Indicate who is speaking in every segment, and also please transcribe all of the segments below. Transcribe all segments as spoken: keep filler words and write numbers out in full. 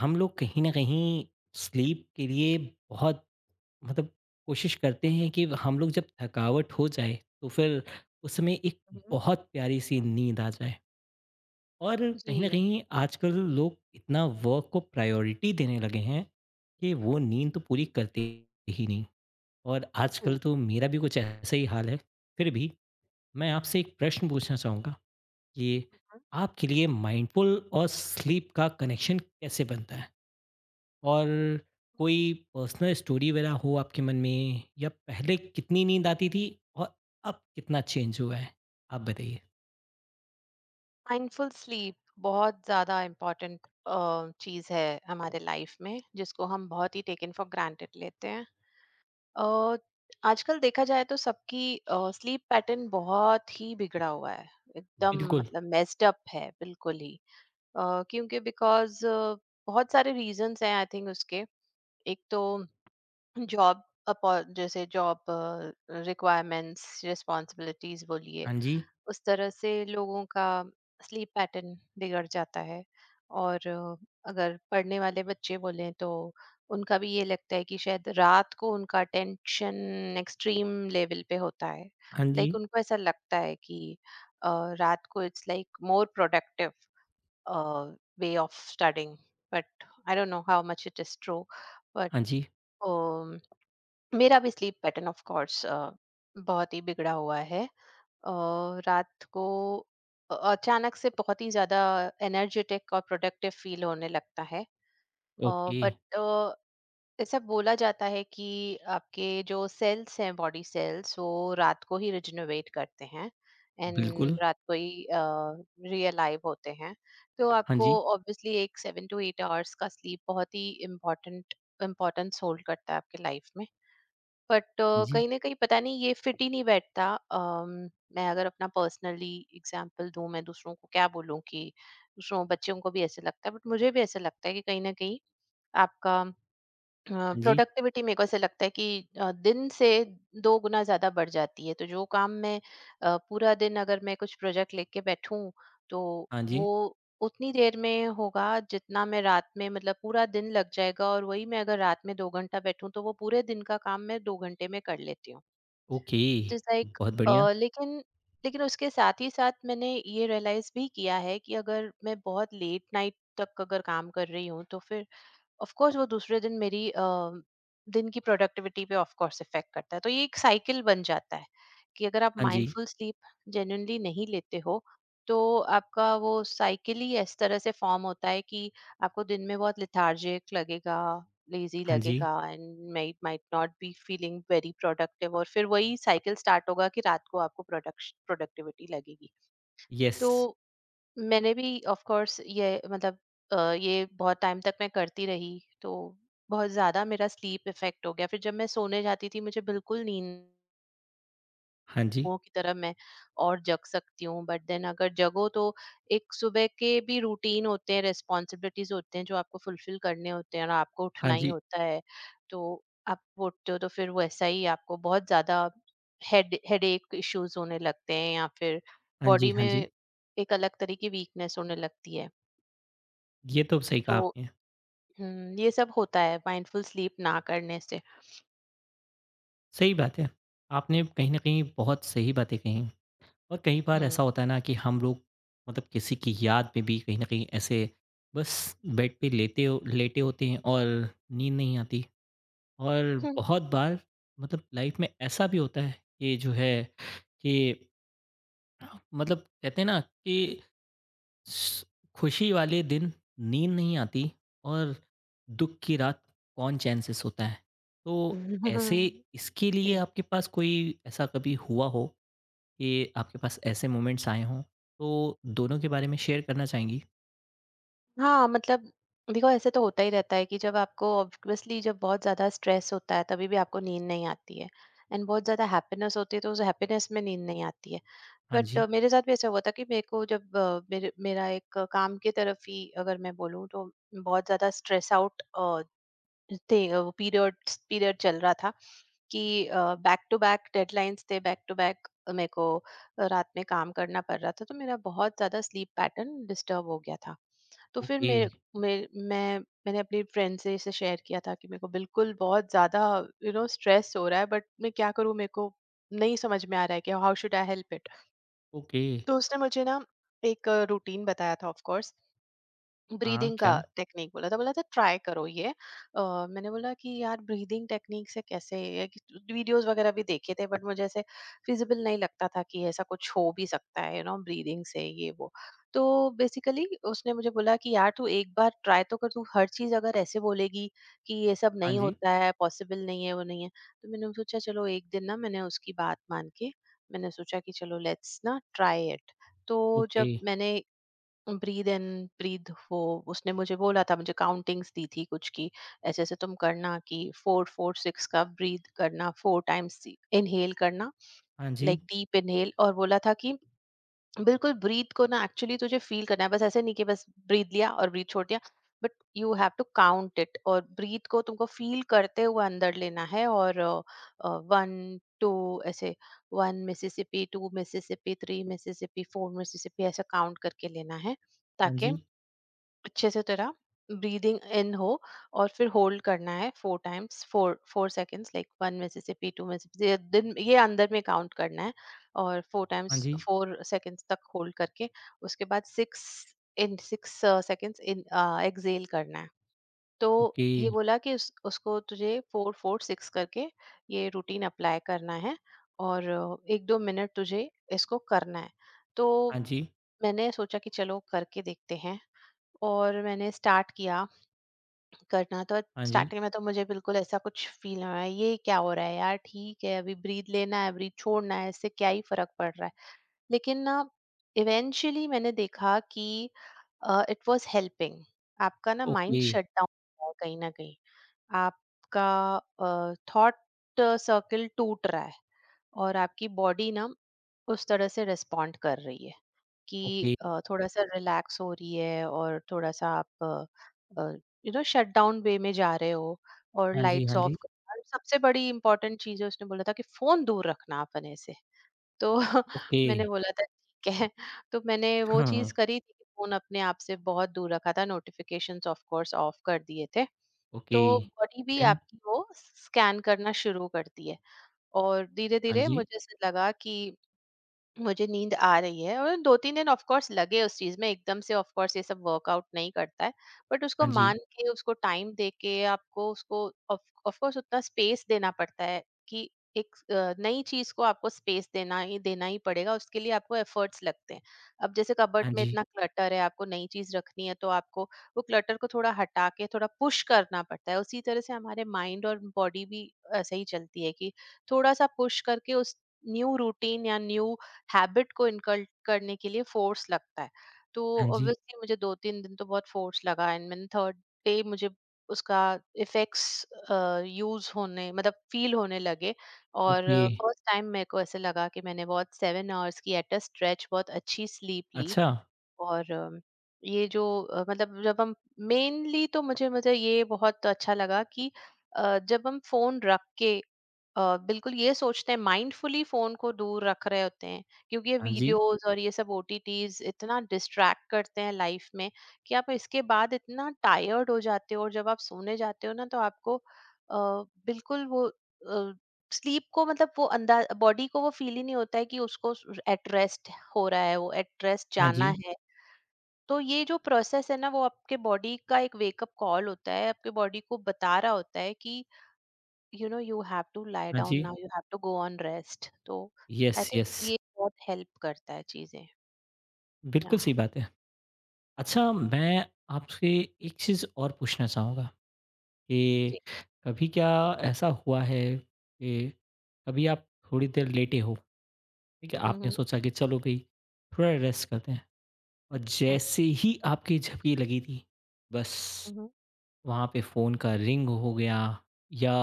Speaker 1: हम लोग कहीं न कहीं स्लीप के लिए बहुत मतलब कोशिश करते हैं कि हम लोग जब थकावट हो जाए, तो फिर उसमें एक
Speaker 2: हुँ।
Speaker 1: बहुत प्यारी-सी नींद आ जाए। और कहीं न
Speaker 2: जी,
Speaker 1: कहीं आजकल लोग इतना वर्क को प्रायोरिटी देने लगे हैं, कि वो नींद तो पूरी करते ही नहीं। और
Speaker 2: जी।
Speaker 1: आजकल तो मेरा भी कुछ ऐसा ही हाल है। फिर भी मैं आपसे एक प्रश्न पूछना चाहूँगा कि
Speaker 2: हुँ,
Speaker 1: आपके लिए माइंडफुल और स्लीप का कनेक्शन कैसे बनता है? और कोई पर्सनल स्टोरी वगैरह हो आपके मन में, या पहले कितनी नींद आती थी और अब कितना चेंज हुआ है? आप बताइए।
Speaker 2: माइंडफुल स्लीप बहुत ज़्यादा इम्पोर्टेंट अ, चीज़ है हमारे लाइफ में, जिसको हम बहुत ही टेकन फॉर ग्रांटेड लेते हैं। अ, आजकल देखा जाए तो सबकी अ, स्लीप पैटर्न बहुत ही बिगड़ा हुआ है, एकदम
Speaker 1: बिल्कुल।
Speaker 2: मतलब मेस्ड अप है बिल्कुल ही। अ, क्योंकि बिकॉज़ बहुत सारे रीज़न्स हैं आई थिंक उसके। एक तो जॉब अपॉर जैसे जॉब अ, रिक्वायरमेंट्स, रिस्पॉन्सिबिलिटीज़ बोलिए,
Speaker 1: हाँ जी,
Speaker 2: उस तरह से लोगों का स्लीप पैटर्न बिगड़ जाता है। और अ, अगर पढ़ने वाले बच्चे बोलें तो उनका भी ये लगता है कि शायद रात को उनका टेंशन एक्सट्रीम लेवल पे होता है,
Speaker 1: हाँ जी,
Speaker 2: लाइक like, उनको ऐसा लगता है कि अ, रात को it's like more productive way of studying, but I don't know how much it is true. But
Speaker 1: हाँ जी,
Speaker 2: मेरा भी स्लीप पैटर्न ऑफ कोर्स बहुत ही बिगड़ा हुआ है। अ, रात को अ, अचानक से बहुत ही ज़्यादा एनर्जेटिक और प्रोडक्टिव फील होने लगता है।
Speaker 1: ओके,
Speaker 2: बट ऐसा बोला जाता है कि आपके जो सेल्स हैं, बॉडी सेल्स, वो रात को ही रिजनरेट करते हैं एंड
Speaker 1: बिल्कुल,
Speaker 2: रात को ही रियलाइव होते हैं। तो
Speaker 1: हाँ
Speaker 2: आपको
Speaker 1: जी,
Speaker 2: ऑब्वियसली एक सेवन टू एट आवर्स का स्लीप बहुत ही इम्पोर्टेंट इम्पोर्टेंस होल्ड करता है आपके लाइफ में। बट
Speaker 1: हाँ
Speaker 2: अ,
Speaker 1: जी,
Speaker 2: कहीं ना कहीं पता नहीं ये फिट ही नहीं बैठता। अम, मैं अगर अपना पर्सनली एग्जाम्पल दूं, मैं दूसरों को क्या बोलूं कि दूसरों बच्चों को भी ऐसे लगता है, बट मुझे भी ऐसे लगता है कि कहीं ना कहीं आपका
Speaker 1: हाँ जी,
Speaker 2: प्रोडक्टिविटी, मेरे को ऐसे लगता है कि अ, दिन से दो गुना ज्यादा बढ़ जाती है। तो जो काम मैं अ, पूरा दिन अगर मैं कुछ प्रोजेक्ट लेके बैठूं तो
Speaker 1: हाँ जी,
Speaker 2: वो उतनी देर में होगा जितना मैं रात में, मतलब पूरा दिन लग जाएगा, और वही मैं अगर रात में दो घंटा बैठूं तो वो पूरे दिन का काम मैं दो घंटे में कर लेती हूँ।
Speaker 1: ओके,
Speaker 2: जैसा एक
Speaker 1: बहुत बढ़िया,
Speaker 2: अ, लेकिन लेकिन उसके साथ ही साथ मैंने ये रियलाइज भी किया है कि अगर मैं बहुत लेट नाइट तक अगर काम कर रही हूँ तो फिर ऑफ कोर्स वो दूसरे दिन मेरी अ, दिन की प्रोडक्टिविटी पे ऑफ कोर्स इफेक्ट करता है। तो ये एक साइकिल बन जाता है कि अगर आप
Speaker 1: हाँ जी,
Speaker 2: माइंडफुल स्लीप जेन्युइनली नहीं लेते हो तो आपका वो साइकिल ही इस तरह से फॉर्म होता है कि आपको दिन में बहुत लेथार्जिक लगेगा, लेजी
Speaker 1: हाँ जी,
Speaker 2: लगेगा, and might might not be feeling very productive, और फिर वही साइकिल स्टार्ट होगा कि रात को आपको प्रोडक्ट प्रोडक्टिविटी लगेगी।
Speaker 1: यस,
Speaker 2: तो मैंने भी ऑफ कोर्स ये मतलब अ, ये बहुत टाइम तक मैं करती रही तो बहुत ज्यादा मेरा स्लीप इफेक्ट हो गया। फिर जब मैं सोने जाती थी मुझे बिल्कुल नींद,
Speaker 1: हाँ जी,
Speaker 2: वो की तरह मैं और जग सकती हूँ, बट देन अगर जगो तो एक सुबह के भी रूटीन होते हैं, रिस्पॉन्सिबिलिटीज होते हैं जो आपको फुलफिल करने होते हैं और आपको
Speaker 1: हाँ
Speaker 2: उठना ही
Speaker 1: जी,
Speaker 2: होता है। तो आप उठते हो तो फिर वैसा ही आपको बहुत ज्यादा हेड हेडेक इश्यूज होने लगते हैं या फिर
Speaker 1: हाँ जी,
Speaker 2: बॉडी
Speaker 1: हाँ
Speaker 2: में
Speaker 1: जी।
Speaker 2: एक अलग तरह की वीकनेस होने लगती है।
Speaker 1: ये तो सही
Speaker 2: तो
Speaker 1: कहा आपने,
Speaker 2: हुँ, ये सब होता है माइंडफुल स्लीप ना करने से।
Speaker 1: सही बात है। आपने कहीं न कहीं बहुत सही बातें कहीं। और कई बार
Speaker 2: हुँ।
Speaker 1: ऐसा होता है ना कि हम लोग, मतलब किसी की याद में भी कहीं न कहीं ऐसे बस बेड पे लेते हो, लेटे होते हैं और नींद नहीं आती। और बहुत बार, मतलब लाइफ़ में ऐसा भी होता है कि जो है कि, मतलब कहते हैं ना कि स खुशी वाले दिन नींद नहीं आती और दुःख की रात कौन चैन से सोता है। तो ऐसे इसके लिए
Speaker 2: जी।
Speaker 1: आपके पास कोई ऐसा कभी हुआ हो? कि आपके पास ऐसे मोमेंट्स आए हों? तो दोनों के बारे में शेयर करना चाहेंगी?
Speaker 2: हाँ, मतलब देखो, ऐसे तो होता ही रहता है कि जब आपको ऑब्वियसली जब बहुत ज़्यादा स्ट्रेस होता है तभी भी आपको नींद नहीं आती है एंड बहुत ज़्यादा हैप्पीनेस होती है तो उस हैप्पीनेस में नींद नहीं आती है।
Speaker 1: हाँ
Speaker 2: बट
Speaker 1: जी,
Speaker 2: अ, मेरे साथ भी ऐसा हुआ था कि मेरे को जब अ, मेरे मेरा एक अ, काम की तरफ ही अगर मैं बोलूँ तो बहुत ज़्यादा स्ट्रेस आउट अ, थे, वो पीरियड पीरियड चल रहा था कि बैक टू बैक डेडलाइंस थे, बैक टू बैक मेरे को रात में काम करना पड़ रहा था, तो मेरा बहुत ज़्यादा स्लीप पैटर्न डिस्टर्ब हो गया था। तो फिर
Speaker 1: ओके,
Speaker 2: मेरे मेरे मैं मैंने अपनी फ्रेंड से इसे शेयर किया था कि मेरे को बिल्कुल बहुत ज़्यादा यू नो स्ट्रेस हो रहा है, बट मैं क्या करूँ, मेरे को नहीं समझ में आ रहा है कि how should I help it.
Speaker 1: Okay.
Speaker 2: तो उसने मुझे ना एक रूटीन बताया था, ऑफ कोर्स
Speaker 1: हाँ,
Speaker 2: ब्रीदिंग का
Speaker 1: क्या?
Speaker 2: टेक्निक, बोला था बोला था ट्राई करो ये। अ, मैंने बोला कि यार, ब्रीदिंग टेक्निक से कैसे ये, वीडियोस वगैरह भी देखे थे बट मुझे ऐसे फिजिबल नहीं लगता था कि ऐसा कुछ हो भी सकता है, यू नो ब्रीदिंग से ये वो। तो बेसिकली उसने मुझे बोला कि यार तू एक बार ट्राई तो कर, तू हर चीज अगर ऐसे बोलेगी कि ये सब
Speaker 1: हाँ
Speaker 2: नहीं
Speaker 1: जी,
Speaker 2: होता है, पॉसिबल नहीं है, वो नहीं है। तो मैंने सोचा चलो एक दिन ना, मैंने उसकी बात मान के मैंने सोचा कि चलो लेट्स ना ट्राई इट। तो
Speaker 1: ओके।
Speaker 2: जब मैंने ब्रीद इन ब्रीद, वो उसने मुझे बोला था, मुझे काउंटिंग्स दी थी कुछ की, ऐसे ऐसे तुम करना कि फोर फोर सिक्स का ब्रीद करना, फोर टाइम्स इनहेल करना
Speaker 1: हाँ जी,
Speaker 2: लाइक डीप इनहेल, और बोला था कि बिल्कुल ब्रीथ को ना एक्चुअली तुझे फील करना है, बस ऐसे नहीं कि बस ब्रीथ लिया और ब्रीथ छोड़ दिया, but you have to count it, और ब्रीथ को तुमको फील करते हुए अंदर लेना है, और वन टू ऐसे, one Mississippi two Mississippi three Mississippi four Mississippi, ऐसा काउंट करके लेना है
Speaker 1: हाँ
Speaker 2: ताकि
Speaker 1: जी,
Speaker 2: अच्छे से तेरा ब्रीदिंग इन हो। और फिर होल्ड करना है four times, four four seconds, like one Mississippi two Mississippi, ये दिन ये अंदर में काउंट करना है, और फोर
Speaker 1: हाँ
Speaker 2: टाइम्स
Speaker 1: जी,
Speaker 2: फोर सेकेंड्स तक होल्ड करके उसके बाद six in six seconds in exhale करना है। तो
Speaker 1: ओके।
Speaker 2: ये बोला कि उस, उसको तुझे फोर फोर सिक्स करके ये रूटीन अप्लाई करना है, और अ, एक दो मिनट तुझे इसको करना है। तो
Speaker 1: हाँ जी,
Speaker 2: मैंने सोचा कि चलो करके देखते हैं, और मैंने स्टार्ट किया करना। तो
Speaker 1: हाँ जी,
Speaker 2: स्टार्टिंग में तो मुझे बिल्कुल ऐसा कुछ फील हुआ है ये क्या हो रहा है यार, ठीक है अभी ब्रीद लेना है ब्रीद छोड़ना है, इससे क्या ही फर्क पड़ रहा है। लेकिन ना, इवेंचुअली मैंने देखा कि इट वाज हेल्पिंग। आपका ना माइंड
Speaker 1: ओके,
Speaker 2: शट डाउन, कहीं ना कहीं आपका थॉट सर्कल टूट रहा है, और आपकी बॉडी ना उस तरह से रिस्पॉन्ड कर रही है कि
Speaker 1: ओके।
Speaker 2: अ, थोड़ा-सा रिलैक्स हो रही है, और थोड़ा-सा आप यू नो शटडाउन वे में जा रहे हो, और
Speaker 1: हाँ जी, हाँ
Speaker 2: लाइट्स
Speaker 1: जी,
Speaker 2: ऑफ। और सबसे बड़ी इम्पोर्टेंट चीज़ है, उसने बोला था कि फ़ोन दूर रखना अपने से। तो
Speaker 1: ओके।
Speaker 2: मैंने बोला था ठीक है। तो मैंने वो
Speaker 1: हाँ,
Speaker 2: चीज़ करी थी कि फ़ोन अपने आप से बहुत दूर रखा था, नोटिफ़िकेशंस ऑफ कोर्स ऑफ कर दिए थे।
Speaker 1: ओके।
Speaker 2: तो बॉडी भी
Speaker 1: देन?
Speaker 2: आपकी वो स्कैन करना शुरू करती है, और
Speaker 1: हाँ
Speaker 2: धीरे-धीरे
Speaker 1: जी,
Speaker 2: मुझे ऐसे लगा कि मुझे नींद आ रही है, और दो तीन दिन ऑफ कोर्स लगे उस चीज़ में, एकदम से ऑफ कोर्स ये सब वर्कआउट नहीं करता है। बट उसको
Speaker 1: हाँ जी,
Speaker 2: मान के, उसको टाइम दे के, आपको उसको ऑफ, ऑफ कोर्स उतना स्पेस देना पड़ता है, कि एक अ, नई चीज़ को आपको स्पेस देना ही देना ही पड़ेगा, उसके लिए आपको एफर्ट्स लगते हैं। अब जैसे कबर्ड
Speaker 1: हाँ
Speaker 2: में
Speaker 1: जी,
Speaker 2: इतना क्लटर है, आपको नई चीज़ रखनी है, तो आपको वो क्लटर को थोड़ा हटा के थोड़ा पुश करना पड़ता है। उसी तरह से हमारे माइंड और बॉडी भी ऐसे ही चलती है कि थोड़ा-सा पुश करके उस न्यू रूटीन या न्यू हैबिट को इनकल्ट करने के लिए फोर्स लगता है। तो
Speaker 1: हाँ जी,
Speaker 2: ऑब्वियसली मुझे दो तीन दिन तो बहुत फोर्स लगा एंड मैंने थर्ड डे मुझे उसका इफेक्ट्स यूज होने मतलब फील होने लगे। और
Speaker 1: ओके।
Speaker 2: फर्स्ट टाइम मेरे को ऐसे लगा कि मैंने बहुत सेवन आवर्स की एट अ स्ट्रेच बहुत अच्छी स्लीप ली।
Speaker 1: अच्छा,
Speaker 2: और अम, ये जो अ, मतलब जब हम मेनली, तो मुझे मुझे ये बहुत अच्छा लगा कि अ, जब हम फोन रख के अ, बिल्कुल ये सोचते हैं माइंडफुली फोन को दूर रख रहे होते हैं, क्योंकि ये
Speaker 1: हाँ जी,
Speaker 2: वीडियोस और ये सब ओटीटीज इतना डिस्ट्रैक्ट करते हैं लाइफ में, कि आप इसके बाद इतना टायर्ड हो जाते हो, और जब आप सोने जाते हो ना तो आपको अ, बिल्कुल वो स्लीप को, मतलब वो अंदाज बॉडी को वो फील ही नहीं होता है कि उसको एट रेस्ट हो रहा है, वो एट रेस्ट
Speaker 1: हाँ
Speaker 2: जाना
Speaker 1: जी,
Speaker 2: है। तो ये जो प्रोसेस है ना, वो आपके बॉडी का एक वेकअप कॉल होता है, आपके बॉडी को बता रहा होता है कि you know you have to lie
Speaker 1: हाँ
Speaker 2: डाउन
Speaker 1: जी।
Speaker 2: Now, you have to go on rest. तो आई
Speaker 1: येस,
Speaker 2: थिंक
Speaker 1: येस।
Speaker 2: ये बहुत हेल्प करता है चीजें।
Speaker 1: बिल्कुल
Speaker 2: या।
Speaker 1: सही बात है। अच्छा, मैं आपसे एक चीज़ और पूछना चाहूँगा
Speaker 2: जी।
Speaker 1: कि कभी क्या ऐसा हुआ है कि कभी आप थोड़ी देर लेटे हो, ठीक है?
Speaker 2: हम्म
Speaker 1: आपने
Speaker 2: हम्म।
Speaker 1: सोचा कि चलो भई थोड़ा रेस्ट करते हैं, और जैसे ही आपकी झपकी लगी थी, बस
Speaker 2: हम्म
Speaker 1: वहाँ पे फ़ोन का रिंग हो गया, या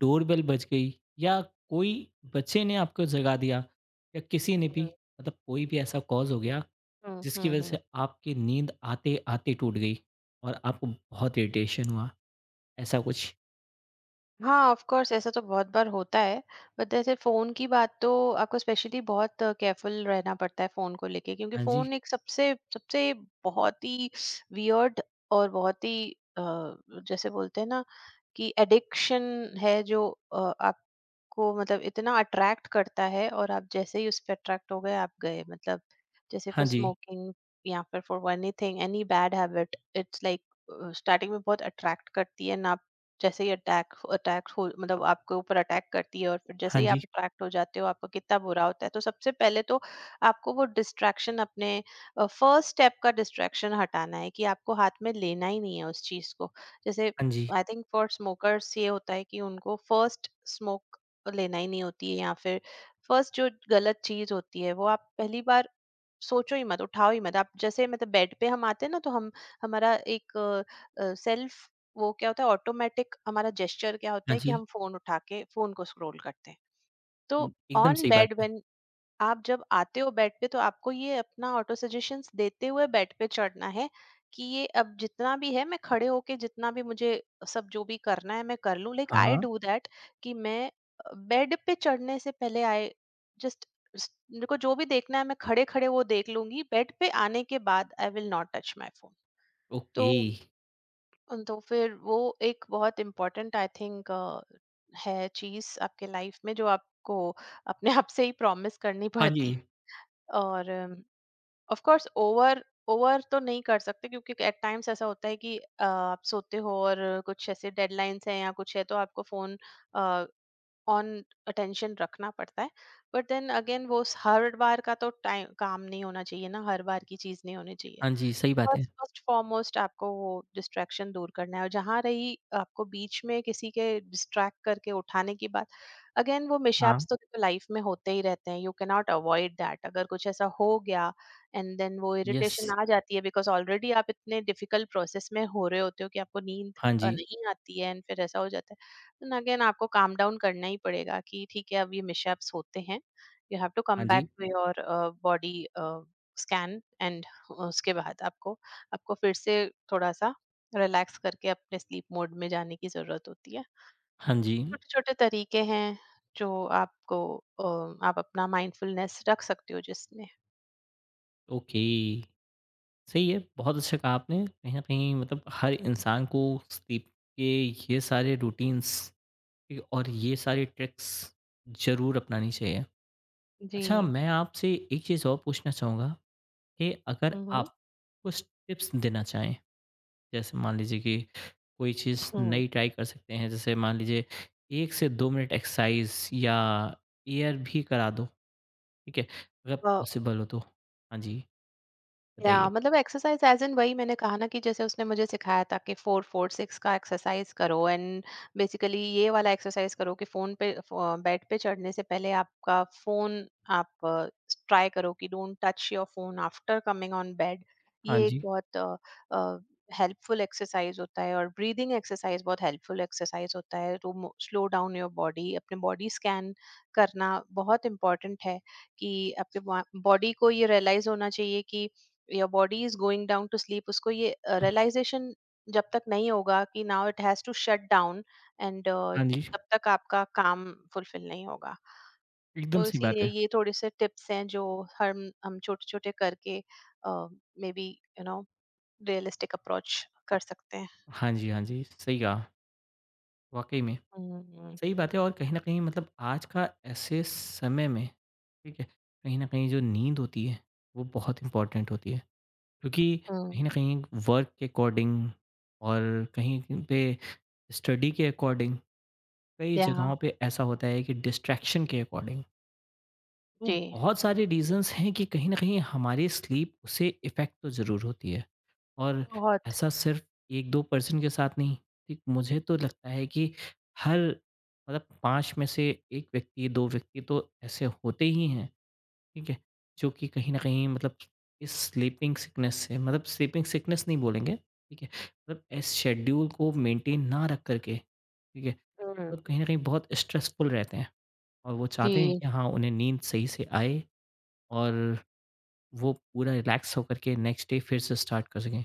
Speaker 1: डोरबेल बज गई, या कोई बच्चे ने आपको जगा दिया, या किसी ने भी,
Speaker 2: हम्म।
Speaker 1: मतलब कोई भी ऐसा कॉज़ हो गया
Speaker 2: हम्म
Speaker 1: जिसकी
Speaker 2: हम्म,
Speaker 1: वजह
Speaker 2: हम्म।
Speaker 1: से आपकी नींद आते-आते टूट गई और आपको बहुत इरिटेशन हुआ, ऐसा कुछ?
Speaker 2: हाँ, ऑफ कोर्स ऐसा तो बहुत बार होता है। बट जैसे फ़ोन की बात, तो आपको स्पेशली बहुत केयरफुल रहना पड़ता है फ़ोन को लेके, क्योंकि
Speaker 1: हाँ जी।
Speaker 2: फ़ोन एक सबसे सबसे बहुत ही वियर्ड और बहुत ही अ, जैसे बोलते हैं ना कि एडिक्शन है जो अ, आपको मतलब इतना अट्रैक्ट करता है, और आप जैसे ही उस पर अट्रैक्ट हो गए आप गए, मतलब जैसे
Speaker 1: हाँ
Speaker 2: फॉर
Speaker 1: जी।
Speaker 2: स्मोकिंग, या फिर for anything, any bad habit, it's like starting में बहुत अट्रैक्ट करती है ना, जैसे ही अटैक अटैक हो, मतलब आपके ऊपर अटैक करती है और फिर जैसे
Speaker 1: हाँ
Speaker 2: ही आप
Speaker 1: जी।
Speaker 2: अट्रैक्ट हो जाते हो आपका कितना बुरा होता है। तो सबसे पहले तो आपको वो डिस्ट्रैक्शन, अपने फर्स्ट स्टेप का डिस्ट्रैक्शन हटाना है कि आपको हाथ में लेना ही नहीं है उस चीज को। जैसे
Speaker 1: हाँ जी।
Speaker 2: आई थिंक फॉर स्मोकर्स ये होता है कि उनको फर्स्ट स्मोक लेना ही नहीं होती है, या फिर फर्स्ट जो गलत चीज होती है वो आप पहली बार सोचो ही मत, उठाओ ही मत। आप जैसे मतलब बेड पे हम आते हैं ना तो हम हमारा एक अ, सेल्फ, वो क्या होता है, ऑटोमेटिक हमारा जेस्चर क्या होता
Speaker 1: हाँ
Speaker 2: है कि
Speaker 1: जी।
Speaker 2: हम फ़ोन उठा के फ़ोन को स्क्रॉल करते हैं। तो
Speaker 1: हुँ, एकदम
Speaker 2: ऑन
Speaker 1: सही बात
Speaker 2: बेड
Speaker 1: है।
Speaker 2: व्हेन आप जब आते हो बेड पे तो आपको ये अपना ऑटो सजेशंस देते हुए बेड पे चढ़ना है कि ये अब जितना भी है, मैं खड़े होके जितना भी मुझे सब जो भी करना है मैं कर लूं। लाइक आई
Speaker 1: हाँ,
Speaker 2: डू दैट कि मैं बेड पे चढ़ने से पहले आई जस्ट, मेरे को जो भी देखना है मैं खड़े खड़े वो देख लूंगी। बेड पे आने के बाद I will not touch my phone. तो
Speaker 1: ओके।
Speaker 2: तो फिर वो एक बहुत इम्पोर्टेंट आई थिंक है चीज आपके लाइफ में, जो आपको अपने आप से ही प्रॉमिस करनी
Speaker 1: हाँ जी।
Speaker 2: पड़ती। और ऑफ कोर्स ओवर ओवर तो नहीं कर सकते, क्योंकि एट टाइम्स ऐसा होता है कि अ, आप सोते हो और कुछ ऐसे डेडलाइंस हैं या कुछ है तो आपको फोन ऑन, अटेंशन रखना पड़ता है। बट देन अगेन वो हर बार का तो टाइम काम नहीं होना चाहिए ना, हर बार की चीज नहीं होनी चाहिए।
Speaker 1: हाँ जी, सही बात है।
Speaker 2: फर्स्ट फर्स्ट फॉरमोस्ट आपको वो डिस्ट्रैक्शन दूर करना है। और जहाँ रही आपको बीच में किसी के डिस्ट्रैक्ट करके उठाने की बात, अगेन वो
Speaker 1: हाँ,
Speaker 2: मिशैप्स तो देखो लाइफ में होते ही रहते हैं। You can not avoid that. अगर कुछ ऐसा हो गया एंड देन वो
Speaker 1: यस।
Speaker 2: इरिटेशन आ जाती है, बिकॉज ऑलरेडी आप इतने डिफिकल्ट प्रोसेस में हो रहे होते हो कि आपको नींद
Speaker 1: हाँ
Speaker 2: अ,
Speaker 1: जी।
Speaker 2: नहीं आती है। एंड फिर ऐसा हो जाता है, देन अगेन आपको काम डाउन करना ही पड़ेगा कि ठीक है, अब ये मिशैप्स होते हैं। यू हैव टू
Speaker 1: हाँ
Speaker 2: कम बैक
Speaker 1: जी।
Speaker 2: To your body scan. And उसके बाद आपको आपको फिर से थोड़ा-सा रिलैक्स करके अपने स्लीप मोड में जाने की ज़रूरत होती है।
Speaker 1: हाँ जी।
Speaker 2: छोटे-छोटे तरीके हैं जो आपको, अ, आप अपना माइंडफुलनेस रख सकते हो जिसमें।
Speaker 1: ओके, सही है, बहुत अच्छा कहा आपने। कहीं न कहीं मतलब हर इंसान को स्लीप के ये सारे रूटीन्स ए और ये सारे ट्रिक्स ज़रूर अपनानी चाहिए। अच्छा,
Speaker 2: जी।
Speaker 1: मैं आपसे एक चीज़ और पूछना चाहूँगा कि अगर
Speaker 2: हुँ, हुँ।
Speaker 1: आप कुछ टिप्स देना चाहें, जैसे मान लीजिए कि कोई चीज़
Speaker 2: हुँ।
Speaker 1: नई ट्राई कर सकते हैं, जैसे मान लीजिए एक से दो मिनट एक्सरसाइज़ या एयर भी करा दो, ठीक है? अगर
Speaker 2: अ
Speaker 1: पॉसिबल हो तो। हाँ जी,
Speaker 2: या
Speaker 1: बताइए।
Speaker 2: मतलब एक्सरसाइज एज इन वही मैंने कहा ना कि जैसे उसने मुझे सिखाया था कि फोर फोर सिक्स का एक्सरसाइज करो। एंड बेसिकली ये वाला एक्सरसाइज करो कि फोन पे बेड पे चढ़ने से पहले आपका फोन, आप ट्राई करो कि don't touch your phone after coming on bed.
Speaker 1: हाँ
Speaker 2: ये एक
Speaker 1: जी।
Speaker 2: बहुत हेल्पफुल एक्सरसाइज होता है। और ब्रीदिंग एक्सरसाइज बहुत हेल्पफुल एक्सरसाइज होता है to slow down your body. अपने बॉडी स्कैन करना बहुत इम्पोर्टेंट है कि आपके बॉडी को ये रियलाइज होना चाहिए कि your body is going down to sleep. उसको ये रियलाइजेशन जब तक नहीं होगा कि now it has to shut down, and
Speaker 1: हाँ जी,
Speaker 2: तब तक आपका काम फुलफिल नहीं होगा।
Speaker 1: एकदम
Speaker 2: तो
Speaker 1: सही बात
Speaker 2: इसीलिए
Speaker 1: है।
Speaker 2: ये थोड़े से टिप्स हैं जो हम हम छोटे छोटे करके, maybe, you know realistic approach कर सकते हैं।
Speaker 1: हाँ जी, हाँ जी, सही कहा, वाक़ई में।
Speaker 2: हम्म।
Speaker 1: सही बात है, और कहीं न कहीं मतलब आज का ऐसे समय में, ठीक है, कहीं न कहीं जो नींद होती है, वो बहुत इम्पोर्टेंट होती है। क्योंकि
Speaker 2: हम्म,
Speaker 1: कहीं न कहीं वर्क के अकॉर्डिंग और कहीं पे स्टडी के अकॉर्डिंग, कई
Speaker 2: या
Speaker 1: जगहों पे ऐसा होता है कि डिस्ट्रैक्शन के अकॉर्डिंग। तो
Speaker 2: जी
Speaker 1: बहुत सारे रीज़न्स हैं कि कहीं न कहीं हमारी स्लीप उसे इफ़ेक्ट तो ज़रूर होती है। और
Speaker 2: बहुत।
Speaker 1: ऐसा सिर्फ़ एक दो पर्सन के साथ नहीं, ठीक मुझे तो लगता है कि हर, मतलब पाँच में से एक व्यक्ति, दो व्यक्ति तो ऐसे होते ही हैं। ठीक है? जो कि कहीं न कहीं मतलब इस स्लीपिंग सिकनेस से, मतलब स्लीपिंग सिकनेस नहीं बोलेंगे, ठीक है? मतलब इस शेड्यूल को मेंटेन ना रख कर के, ठीक है?
Speaker 2: हम्म,
Speaker 1: मतलब कहीं न कहीं बहुत स्ट्रेसफुल रहते हैं और वो चाहते हैं
Speaker 2: जी।
Speaker 1: कि हाँ, उन्हें नींद सही से आए और वो पूरा रिलैक्स होकर के नेक्स्ट डे फिर से स्टार्ट कर सकें।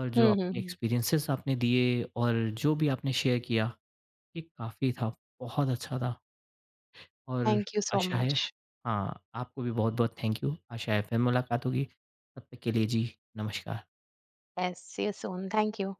Speaker 1: और जो
Speaker 2: हम्म।
Speaker 1: आपके
Speaker 2: हम्म।
Speaker 1: एक्सपीरियंसेस आपने दिए और जो भी आपने शेयर किया, ये काफ़ी था, बहुत अच्छा था। और
Speaker 2: थैंक यू सो
Speaker 1: आशा है,
Speaker 2: मच।
Speaker 1: हाँ, आपको भी बहुत-बहुत थैंक यू। आशा है फिर मुलाकात होगी। तब तक के लिए जी, नमस्कार।
Speaker 2: Yes, see you soon, thank you.